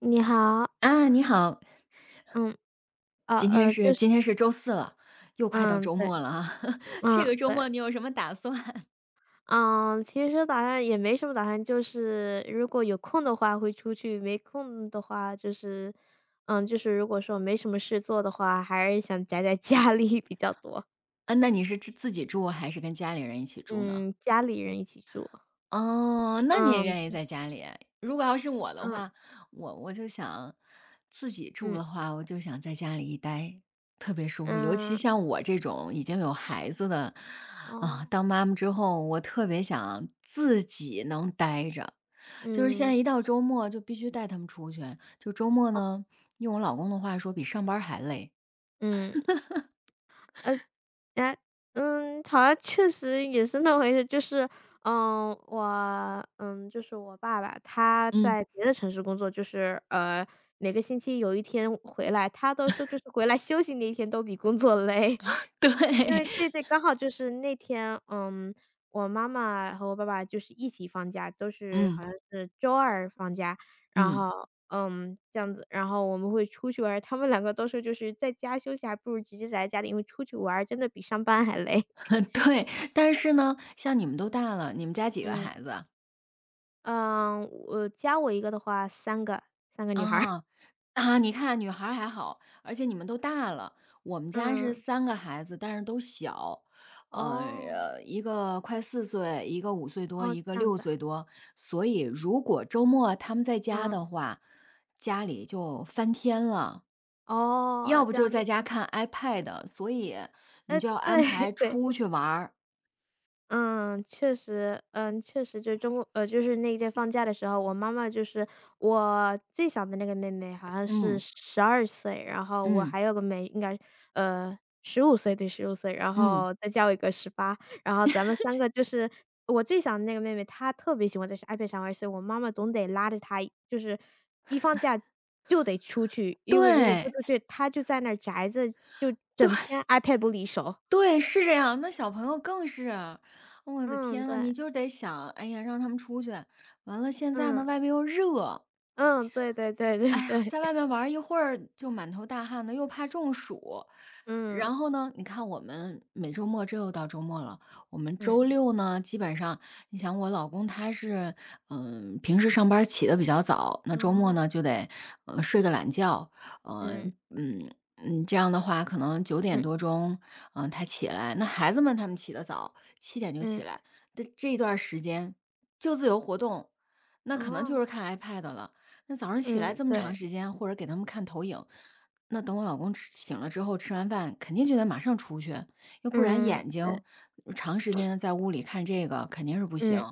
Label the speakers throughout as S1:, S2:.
S1: 你好，
S2: 啊，你好。
S1: 嗯，
S2: 今天是
S1: 就是
S2: 今天是周四了，又快到
S1: 嗯，
S2: 周
S1: 对，
S2: 末了啊。这个
S1: 嗯，
S2: 周
S1: 对，
S2: 末你有什么打算？
S1: 嗯，其实打算也没什么打算，就是如果有空的话会出去，没空的话就是，嗯，就是如果说没什么事做的话，还是想宅在家里 比较多。
S2: 啊，那你是自己住还是跟家里人一起住呢？
S1: 嗯，家里人一起住，
S2: 哦，那你也
S1: 嗯，
S2: 愿意在家里。如果要是我的
S1: 嗯，
S2: 话，我就想自己住的
S1: 嗯，
S2: 话，我就想在家里一待，特别舒服。尤其
S1: 嗯，
S2: 像我这种已经有孩子的，啊，
S1: 哦，
S2: 当妈妈之后，我特别想自己能待着。就是现在
S1: 嗯，
S2: 一到周末就必须带他们出去，就周末呢，用我老公的话说比上班儿还累。
S1: 嗯。嗯，哎，好像确实也是那回事。就是，嗯，就是我爸爸，他
S2: 嗯，
S1: 在别的城市工作，就是每个星期有一天回来，他都说就是回来休息那一天都比工作累。
S2: 对，
S1: 因 为对对，刚好就是那天，嗯，我妈妈和我爸爸就是一起放假，都是
S2: 嗯，
S1: 好像是周二放假，然
S2: 嗯，
S1: 后，嗯，这样子，然后我们会出去玩儿他们两个都说就是在家休息，还不如直接宅在家里，因为出去玩儿真的比上班还累。
S2: 对。但是呢，像你们都大了，你们家几个
S1: 嗯，
S2: 孩子啊？
S1: 嗯，我加我一个的话三个女孩儿。
S2: 啊啊，你看女孩儿还好，而且你们都大了。我们家是
S1: 嗯，
S2: 三个孩子，但是都小，
S1: 哦，
S2: 呃，一个快4岁，一个5岁多，
S1: 哦，
S2: 一个
S1: 这样
S2: 六
S1: 子啊，
S2: 岁多。所以如果周末他们在家
S1: 嗯，
S2: 的话，家里就翻天了。要
S1: 哦，
S2: 不
S1: 这
S2: 就
S1: 样，
S2: 在家看 iPad,所以你
S1: 哎，
S2: 就要
S1: 对
S2: 安排
S1: 对。
S2: 出去玩儿。
S1: 嗯，确实，嗯，确实就是中国就是那一届放假的时候，我妈妈就是我最小的那个妹妹，好像是
S2: 嗯，
S1: 12岁，然后我
S2: 嗯，
S1: 还有个妹，应该十五岁，对十五岁，然
S2: 嗯，
S1: 后再加我一个18，然后咱们三个就是我最小的那个妹妹，她特别喜欢在 iPad 上玩，所以我妈妈总得拉着她，就是一放假就得出去，因为如果不
S2: 对，
S1: 出去，她就在那儿宅着，就
S2: 对，
S1: 整天 iPad 不离手。
S2: 对，是这样，那小朋友更是啊。我的
S1: 嗯，
S2: 天呐，你
S1: 对，
S2: 就得想，哎呀，让他们出去，完了现在呢，
S1: 嗯。
S2: 外边又热。
S1: 嗯，对对对对
S2: 哎呀，
S1: 对，
S2: 在外面玩儿一会儿就满头大汗的，又怕中暑。
S1: 嗯，
S2: 然后呢，你看我们每周末，这又到周末了。我们
S1: 嗯，
S2: 周六呢，基本上，你想我老公他是，平时上班儿起的比较早，那周末
S1: 哦。
S2: 呢就得，呃，睡个懒觉，
S1: 嗯
S2: 这样的话可能九点多
S1: 嗯
S2: 钟，他起来。那孩子们他们起得早，7点就起
S1: 嗯。
S2: 来，这一段儿时间就自由活动，那可能就是
S1: 哦，
S2: 看 iPad 了。那早上起来
S1: 嗯，
S2: 这么长
S1: 对，
S2: 时间，或者给他们看投影，那等我老公吃醒了之后，吃完饭肯定就得马上出去，要不然
S1: 嗯，
S2: 眼
S1: 对，
S2: 睛长时间在屋里看这个肯定是不行。
S1: 嗯。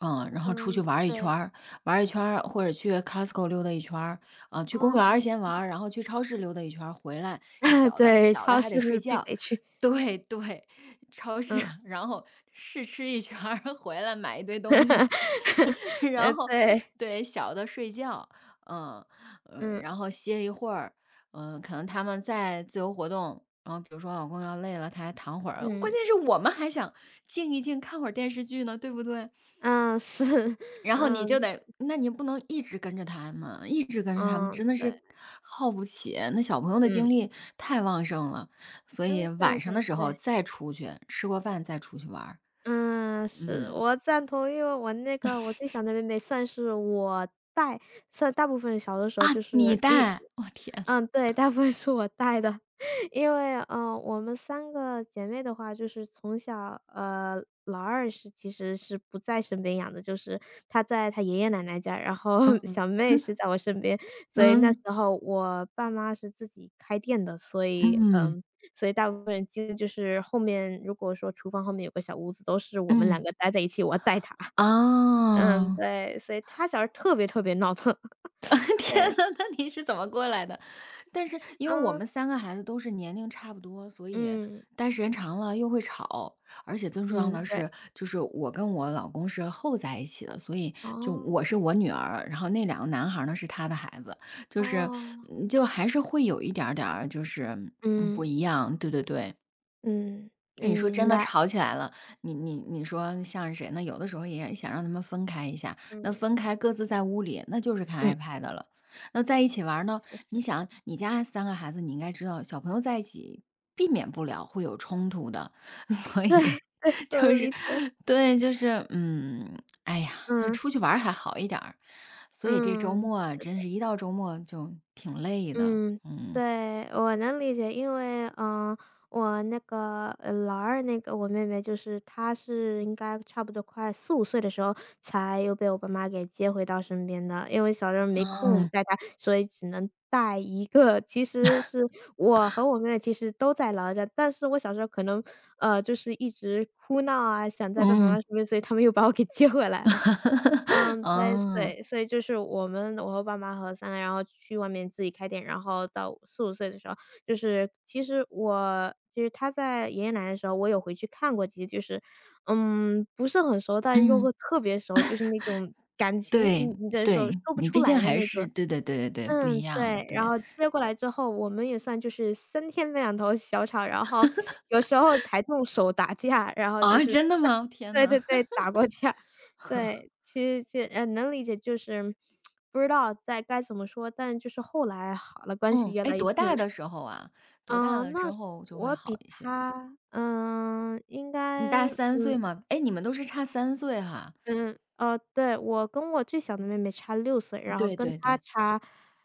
S2: 嗯，然后出去
S1: 嗯，
S2: 玩儿一圈
S1: 对，
S2: 儿或者去 Costco 溜达一圈儿，啊、去公
S1: 哦，
S2: 园儿先玩儿然后去超市溜达一圈儿回来 小的
S1: 对，
S2: 小的
S1: 超
S2: 还得
S1: 市是
S2: 睡
S1: 必
S2: 觉，
S1: 备区，
S2: 对对，超市，
S1: 嗯，
S2: 然后试吃一圈儿回来买一堆东西，然后
S1: 对，
S2: 对，小的睡觉，嗯嗯，
S1: 嗯，
S2: 然后歇一会儿，嗯，可能他们在自由活动，然后比如说老公要累了，他还躺会儿，关
S1: 嗯。
S2: 键是我们还想静一静，看会儿电视剧呢，对不对？
S1: 嗯，是，
S2: 然后你就
S1: 嗯，
S2: 得，那你不能一直跟着他们，一直跟着他们真
S1: 嗯，
S2: 的
S1: 对，
S2: 是耗不起，那小朋友的
S1: 嗯。
S2: 精力太旺盛了，所以
S1: 嗯，对
S2: 晚上的
S1: 对
S2: 时候
S1: 对。
S2: 再出去，吃过饭再出去玩儿，
S1: 嗯，是，
S2: 嗯
S1: 我赞同。因为我那个我最小的妹妹算是我带算大部分小的时
S2: 啊，
S1: 候就是
S2: 你
S1: 一
S2: 带，我天呐，
S1: 嗯，对，大部分是我带的。因为，我们三个姐妹的话，就是从小老二是其实是不在身边养的，就是她在她爷爷奶奶家，然后
S2: 嗯
S1: 小妹是在我身边。所以那时
S2: 嗯。
S1: 候我爸妈是自己开店的，所以，
S2: 嗯，
S1: 所以大部分人经历就是后面如果说厨房后面有个小屋子，都是我们
S2: 嗯，
S1: 两个待在一起，我带他。嗯，
S2: 啊！
S1: 对，所以他小时候特别特别闹腾。
S2: 天
S1: 对，
S2: 呐，那你是怎么过来的？但是因为我
S1: 嗯，
S2: 们三个孩子都是年龄差不多，所以
S1: 嗯，
S2: 待时间长了又会吵，而且最重要
S1: 嗯，
S2: 的
S1: 对，
S2: 是，就是我跟我老公是后在一起的，所以就
S1: 哦，
S2: 我是我女儿，然后那2个男孩儿呢是他的孩子，就是
S1: 哦，
S2: 嗯就还是会有一点儿点儿就是，嗯不
S1: 嗯，
S2: 一样，对对对。
S1: 嗯，
S2: 哎
S1: 嗯，
S2: 你说真
S1: 明
S2: 的
S1: 白，
S2: 吵起来了，你说像谁呢？有的时候也想让他们分开一下，那
S1: 嗯，
S2: 分开各自在屋里，那就是
S1: 嗯，
S2: 看 iPad 了。那在一起玩儿呢？
S1: 确
S2: 你
S1: 实，
S2: 想，你家三个孩子，你应该知道，小朋友在一起避免不了会有冲突的，所
S1: 对
S2: 以
S1: 对，
S2: 就
S1: 我
S2: 是
S1: 理解，
S2: 对，就是嗯，哎呀，他
S1: 嗯，
S2: 出去玩儿还好一点儿，所以这周
S1: 嗯，
S2: 末啊真是一到周末就挺累的，
S1: 嗯，
S2: 嗯
S1: 对，我能理解，因为，我那个，老二那个我妹妹就是她是应该差不多快四五岁的时候才又被我爸妈给接回到身边的，因为小时候没空
S2: 嗯
S1: 带她，所以只能带一个。其实是我和我妹妹其实都在老家，但是我小时候可能，就是一直哭闹啊，想在爸爸妈妈
S2: 嗯，
S1: 身边，所以他们又把我给接回来了。嗯，对，
S2: 嗯。
S1: 对，所以就是我们我和爸妈和三个，然后去外面自己开店，然后到四五岁的时候，就是其实我就是他在爷爷奶奶的时候，我有回去看过，其实就是，嗯，不是很熟，但又
S2: 嗯，
S1: 会特别熟，就是那种感情，你
S2: 对
S1: 你的时候
S2: 对，
S1: 说不
S2: 你
S1: 出
S2: 毕竟
S1: 来的
S2: 还
S1: 那
S2: 是
S1: 种。
S2: 对对对对对，不一
S1: 嗯，
S2: 样，
S1: 对，然
S2: 对。
S1: 后接过来之后，我们也算就是三天两头小吵，然后有时候还动手打架，然后就
S2: 啊，
S1: 是
S2: 真的
S1: 那
S2: 吗？天
S1: 对
S2: 呐。
S1: 对对，打 过架。对，其实这能理解，就是不知道在该怎么说，但就是后来好了，关系
S2: 嗯，
S1: 越
S2: 哎，
S1: 来越
S2: 多
S1: 近了。
S2: 大的时候啊？多大
S1: 嗯，
S2: 了之
S1: 那
S2: 后就会
S1: 我
S2: 好
S1: 比
S2: 一些？
S1: 他，嗯，应
S2: 你大
S1: 该
S2: 三岁吗？哎，你们都是差三岁哈？
S1: 对，我跟我最小的妹妹差6岁，然后
S2: 对
S1: 跟
S2: 对
S1: 她
S2: 对，
S1: 差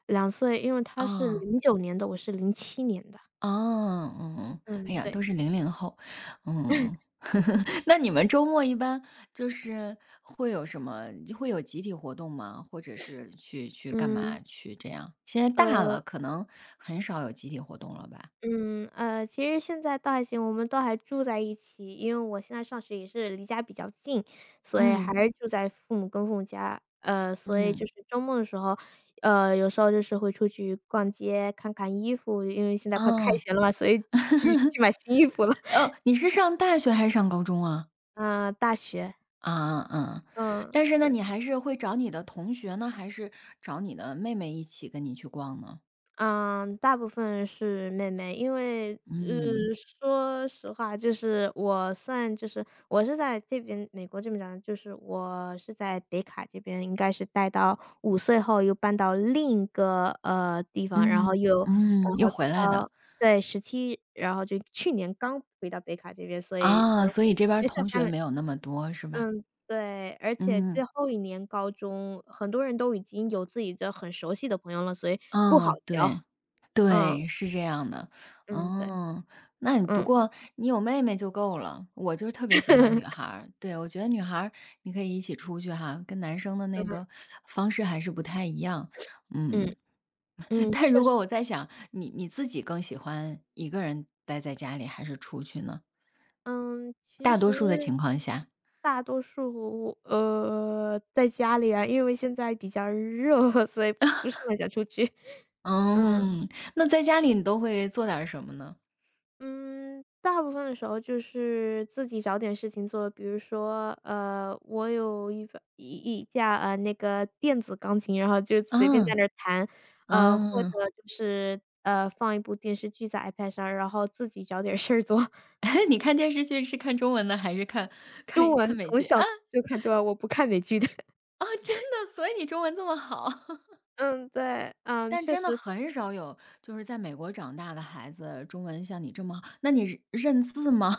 S1: 2岁，因为她是
S2: 啊。
S1: 2009年的，我是2007年的。
S2: 哦，嗯，哎
S1: 嗯，
S2: 呀，都
S1: 对。
S2: 是00后，嗯。那你们周末一般就是会有什么会有集体活动吗？或者是去去干
S1: 嗯，
S2: 嘛去这样？现在大
S1: 呃，
S2: 了，可能很少有集体活动了吧？
S1: 嗯，其实现在倒还行，我们都还住在一起，因为我现在上学也是离家比较近，所以
S2: 嗯，
S1: 还是住在父母家。所以
S2: 嗯，
S1: 就是周末的时候，有时候就是会出去逛街，看看衣服，因为现在快开
S2: 哦。
S1: 学了嘛，所以去 去买新衣服了。
S2: 哦，你是上大学还是上高中啊？
S1: 嗯，大学，
S2: 啊，嗯，
S1: 嗯。
S2: 但是呢，你还是会找你的同学呢，还是找你的妹妹一起跟你去逛呢？
S1: 嗯，大部分是妹妹，因为，嗯。
S2: 嗯。
S1: 说实话，就是我算就是我是在这边美国这边长的，就是我是在北卡这边，应该是待到五岁后又搬到另一个，地方，然后
S2: 嗯，
S1: 又
S2: 嗯，
S1: 然
S2: 又
S1: 后
S2: 回来的。
S1: 到对17，然后就去年刚回到北卡这边，所以
S2: 啊，
S1: 说
S2: 所以这边儿
S1: 学校
S2: 同
S1: 搬
S2: 学
S1: 了
S2: 没有那么多是吧？
S1: 嗯，对，而且
S2: 嗯，
S1: 最后一年高中，很多人都已经有自己的很熟悉的朋友了，所以不好
S2: 嗯，
S1: 交，
S2: 对，
S1: 嗯。
S2: 对，是这样的。
S1: 嗯，对，
S2: 哦，那你不
S1: 嗯，
S2: 过你有妹妹就够了，我就是特别喜欢女孩 儿，对，我觉得女孩儿你可以一起出去哈，跟男生的
S1: 嗯，
S2: 那个方式还是不太一样。嗯，
S1: 嗯，嗯，
S2: 但
S1: 确
S2: 如
S1: 实，
S2: 果我在想，你自己更喜欢一个人待在家里还是出去呢？
S1: 嗯，其
S2: 大多
S1: 实
S2: 数的情况下。
S1: 大多数，在家里啊，因为现在比较热，所以不是很想出去。嗯，
S2: 嗯，那在家里你都会做点儿什么呢？
S1: 嗯，大部分的时候就是自己找点事情做，比如说，我有一把一一架，那个电子钢琴，然后就随便在
S2: 嗯，
S1: 那儿弹，或者
S2: 嗯。
S1: 就是，放一部电视剧在 iPad 上，然后自己找点事儿做。
S2: 你看电视剧是看中文的还是看
S1: 中
S2: 看看
S1: 文
S2: 美
S1: 从
S2: 剧？啊，
S1: 小就看中文，我不看美剧的。
S2: 啊，真的，所以你中文这么好。
S1: 嗯，对，嗯，
S2: 但
S1: 确
S2: 真的
S1: 实
S2: 很少有就是在美国长大的孩子，中文像你这么好。那你认字吗？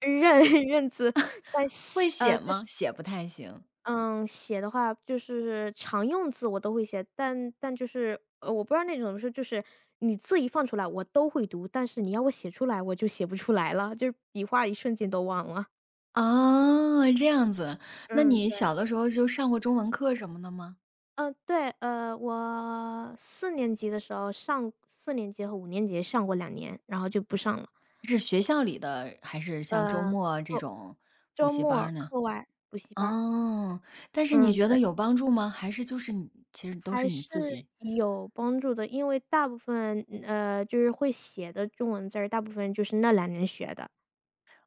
S1: 认 认字，但写
S2: 会写
S1: 就是
S2: 吗？写不太行。
S1: 嗯，写的话就是常用字我都会写，但就是我不知道那种是就是你字一放出来我都会读，但是你要我写出来我就写不出来了，就是笔画一瞬间都忘了。
S2: 哦，这样子。那
S1: 嗯，对，
S2: 你小的时候就上过中文课什么的吗？
S1: 嗯，对，我四年级的时候上四年级和5年级上过两年，然后就不上了。
S2: 是学校里的，还是像周
S1: 呃，
S2: 末这
S1: 课
S2: 种补
S1: 周
S2: 习班儿
S1: 末
S2: 呢？
S1: 课外补习班儿，
S2: 哦，但是你
S1: 嗯，
S2: 觉
S1: 对，
S2: 得有帮助吗？还是就是你其实都是
S1: 还
S2: 你
S1: 是
S2: 自己？
S1: 有帮助的。因为大部分就是会写的中文字儿，大部分就是那两年学的。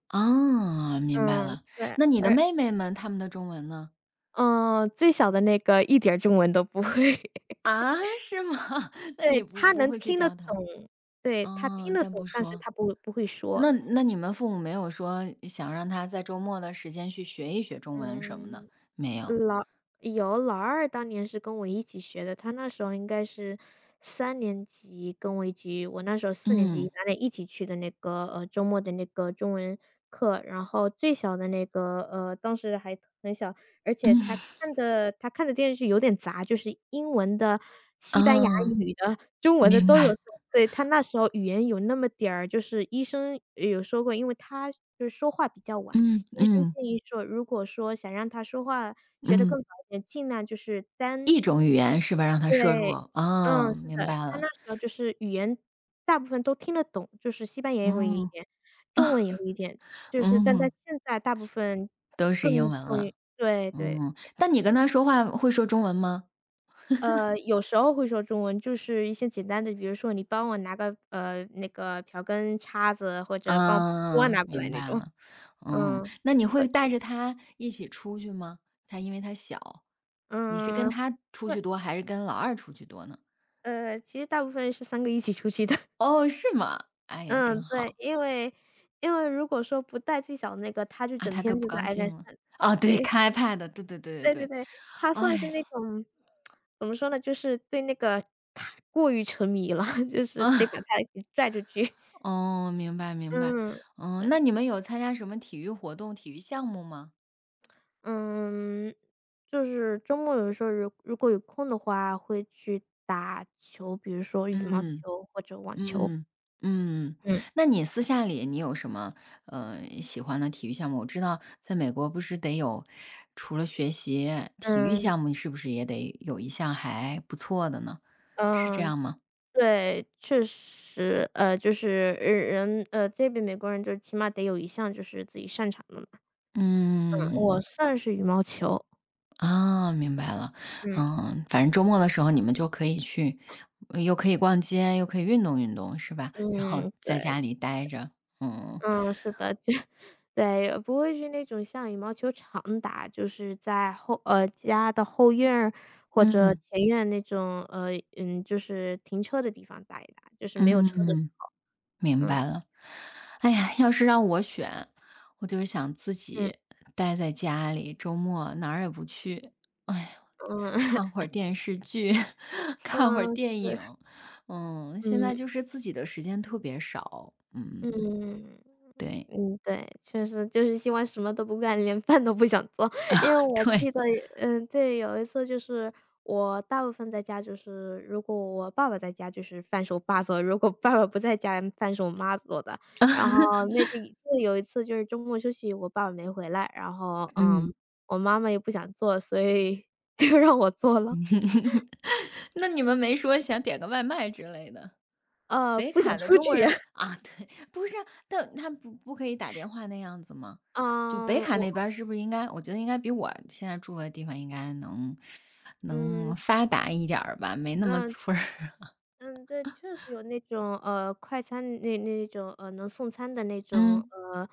S2: 啊，明白
S1: 嗯，
S2: 了。
S1: 对，
S2: 那你的
S1: 而
S2: 妹妹们，她们的中文呢？
S1: 最小的那个一点儿中文都不会。
S2: 啊，是吗？那你
S1: 对，
S2: 不
S1: 他
S2: 不
S1: 能
S2: 会去
S1: 听得
S2: 教她？
S1: 懂，对，他听
S2: 哦，
S1: 得
S2: 但不
S1: 懂，但是
S2: 说。
S1: 他不会说。
S2: 那那你们父母没有说想让她在周末的时间去学一学中文什么的？
S1: 嗯。
S2: 没有。
S1: 老有，老二当年是跟我一起学的，他那时候应该是3年级跟我一起，我那时候四年
S2: 嗯，
S1: 级，咱俩一起去的那个周末的那个中文课，然后最小的那个当时还很小，而且
S2: 嗯，
S1: 他看的电视剧有点杂，就是英文的、西班牙
S2: 啊，
S1: 语的、中文的
S2: 明
S1: 都有，
S2: 白。
S1: 所以他那时候语言有那么点儿，就是医生有说过，因为他就是说话比较晚。
S2: 嗯
S1: 医生
S2: 嗯
S1: 建议说，如果说想让他说话学得
S2: 嗯，
S1: 更好一点，尽量就是
S2: 一种语言是吧？让她摄入。
S1: 对，
S2: 啊，
S1: 嗯，是
S2: 明白
S1: 的，他
S2: 了。
S1: 那时候就是语言大部分都听得懂，就是西班牙也会一
S2: 嗯
S1: 点，中文也会一点，就是但他
S2: 嗯。
S1: 现在大部分
S2: 都是英
S1: 更
S2: 文
S1: 重
S2: 了，
S1: 于对对
S2: 嗯，
S1: 对，
S2: 但你
S1: 是。
S2: 跟他说话会说中文吗？
S1: 有时候会说中文，就是一些简单的，比如说你帮我拿个，那个瓢跟叉子，或者帮我把锅
S2: 嗯，
S1: 拿过来
S2: 明白
S1: 那种，
S2: 了，嗯，
S1: 嗯，
S2: 那你
S1: 会
S2: 会带着他一起出去吗？他因为他小，你是跟
S1: 嗯，
S2: 他出
S1: 会
S2: 去多，还是跟老二出去多呢？
S1: 其实大部分是三个一起出去的。
S2: 哦，是吗？哎呀，真
S1: 嗯，对，
S2: 好
S1: 因为如果说不带最小那个，他就
S2: 啊！
S1: 整
S2: 他哥
S1: 天
S2: 不
S1: 就在
S2: 高兴
S1: iPad
S2: 了
S1: 上
S2: 啊！对，
S1: 对，
S2: 开 iPad,的对对对对
S1: 对对
S2: 对，
S1: 对，他
S2: 哎
S1: 算是
S2: 呀
S1: 那种怎么说呢，就是对那个太过于沉迷了，就是得
S2: 啊，
S1: 把他给拽出去。
S2: 哦，明白明白，
S1: 嗯，
S2: 嗯，
S1: 对，
S2: 那你们有参加什么体育活动、体育项目吗？
S1: 嗯，就是周末有时候如果有空的话，会去打球，比如说羽毛
S2: 嗯。
S1: 球或者网球。
S2: 嗯嗯，
S1: 嗯，
S2: 那你私下里你有什么呃喜欢的体育项目？我知道在美国不是得有，除了学习，体育
S1: 嗯，
S2: 项目你是不是也得有一项还不错的呢？是这
S1: 嗯。
S2: 样吗？
S1: 对，确实，就是呃人，呃，这边美国人就是起码得有一项就是自己擅长的嘛。嗯我
S2: 嗯，
S1: 算是羽毛球，
S2: 啊，明白了。
S1: 嗯
S2: 嗯，反正周末的时候你们就可以去，呃又可以逛街，又可以运动运动，是吧？然后
S1: 嗯，
S2: 在
S1: 对，
S2: 家里待着，嗯
S1: 嗯，是的，就 对，不会是那种像羽毛球场打，就是在家的后院儿或者
S2: 嗯
S1: 前院那种，就是停车的地方打一打，就是没有车的时
S2: 嗯。
S1: 候，
S2: 明
S1: 嗯
S2: 白了。哎呀，要是让我选，我就是想自
S1: 嗯
S2: 己待在家里，周末哪儿也不去。哎呀，
S1: 嗯
S2: 看会儿 电视剧，看会儿
S1: 嗯，
S2: 电
S1: 是，
S2: 影。嗯，现在
S1: 嗯
S2: 就是自己的时间特别少。嗯，
S1: 嗯。
S2: 对
S1: 嗯，对，确实就是希望什么都不干，连饭都不想做。因为 我记
S2: 对，
S1: 得，嗯，对，有一次就是我大部分在家，就是如果我爸爸在家，就是饭是我爸做的；如果爸爸不在家，饭是我妈做的。然后嗯那个一次有一次就是周末休息，我爸爸没回来，然后
S2: 嗯。
S1: 我妈妈也不想做，所以 就让我做了。
S2: 那你们没说想点个外卖之类的？北
S1: 不想
S2: 卡的
S1: 出
S2: 中
S1: 去
S2: 国
S1: 呀
S2: 人 啊，对，不是啊，但他不可以打电话那样子吗？就北
S1: 嗯，
S2: 卡那边儿是不是应该，我觉得应该比我现在住的地方应该能能
S1: 嗯，
S2: 发达一点儿吧，没那么
S1: 嗯。
S2: 村儿。
S1: 嗯，对，确实有那种，快餐那种，能送餐的那种，
S2: 嗯，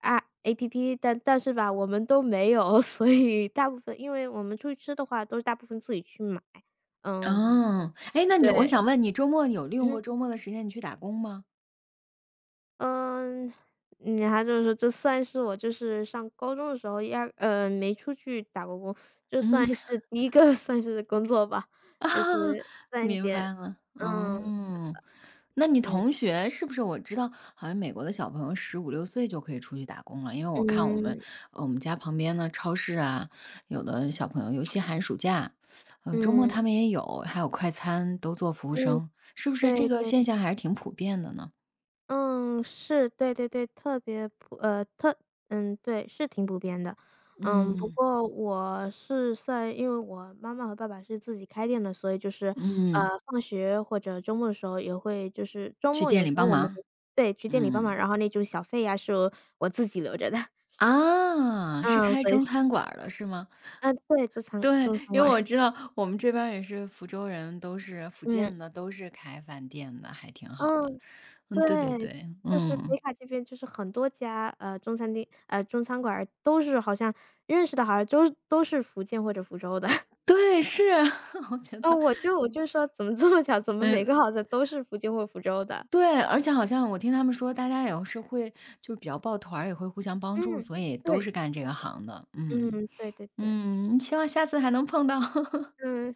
S1: 啊 APP，但是吧，我们都没有，所以大部分因为我们出去吃的话，都是大部分自己去买。嗯，
S2: 哦，哎，那你我
S1: 对，
S2: 想问你，周末有利 用过
S1: 嗯，
S2: 周末的时间你去打工吗？
S1: 嗯，你还就是说这算是我就是上高中的时候一二，没出去打过工，这
S2: 嗯。
S1: 算是第一个 算是工作吧，
S2: 啊，
S1: 就是赚一
S2: 明
S1: 点
S2: 白了，
S1: 嗯，
S2: 哦。那你
S1: 嗯，
S2: 同学是不是我知道，好像美国的小朋友15、6岁就可以出去打工了，因为我看我们
S1: 嗯，
S2: 呃我们家旁边的超市啊，有的小朋友，尤其寒暑假，呃，周末
S1: 嗯，
S2: 他们也有，还有快餐都做服务
S1: 嗯，
S2: 生，是不是
S1: 对
S2: 这个
S1: 对
S2: 现象还是挺普遍的呢？
S1: 嗯，是，对对对，特别普呃，特嗯，对，是挺普遍的。嗯，不
S2: 嗯，
S1: 过我是在因为我妈妈和爸爸是自己开店的，所以就是，
S2: 嗯，
S1: 放学或者周末的时候也会就是周
S2: 去
S1: 末
S2: 店
S1: 有
S2: 里
S1: 时候
S2: 帮
S1: 我们
S2: 忙，
S1: 会对，去店里帮忙，
S2: 嗯。
S1: 然后那种小费呀，是我自己留着的。
S2: 啊，是
S1: 嗯，
S2: 开
S1: 所以
S2: 中餐馆儿的是吗？
S1: 对，
S2: 对，
S1: 中餐
S2: 因为
S1: 馆，
S2: 我知道我们这边儿也是福州人，都是福
S1: 嗯，
S2: 建的，都是开饭店的，还挺好的。
S1: 嗯。
S2: 嗯，对对
S1: 对，
S2: 对，
S1: 就是
S2: 嗯，
S1: 北卡这边就是很多家，中餐馆儿都是好像认识的好像都是福建或者福州的。
S2: 对，是啊，我觉
S1: 哦，
S2: 得，
S1: 我就我
S2: 嗯
S1: 就说怎么这么巧，怎么每个
S2: 嗯，
S1: 好像都是福建或福州的。
S2: 对，而且好像我听他们说，大家也是会就是比较抱团儿，也会互相帮助，
S1: 嗯，
S2: 所以都
S1: 对，
S2: 是干这
S1: 是
S2: 个
S1: 的，
S2: 行的。嗯
S1: 嗯，对对对。
S2: 嗯，希望下次还能碰到。
S1: 嗯。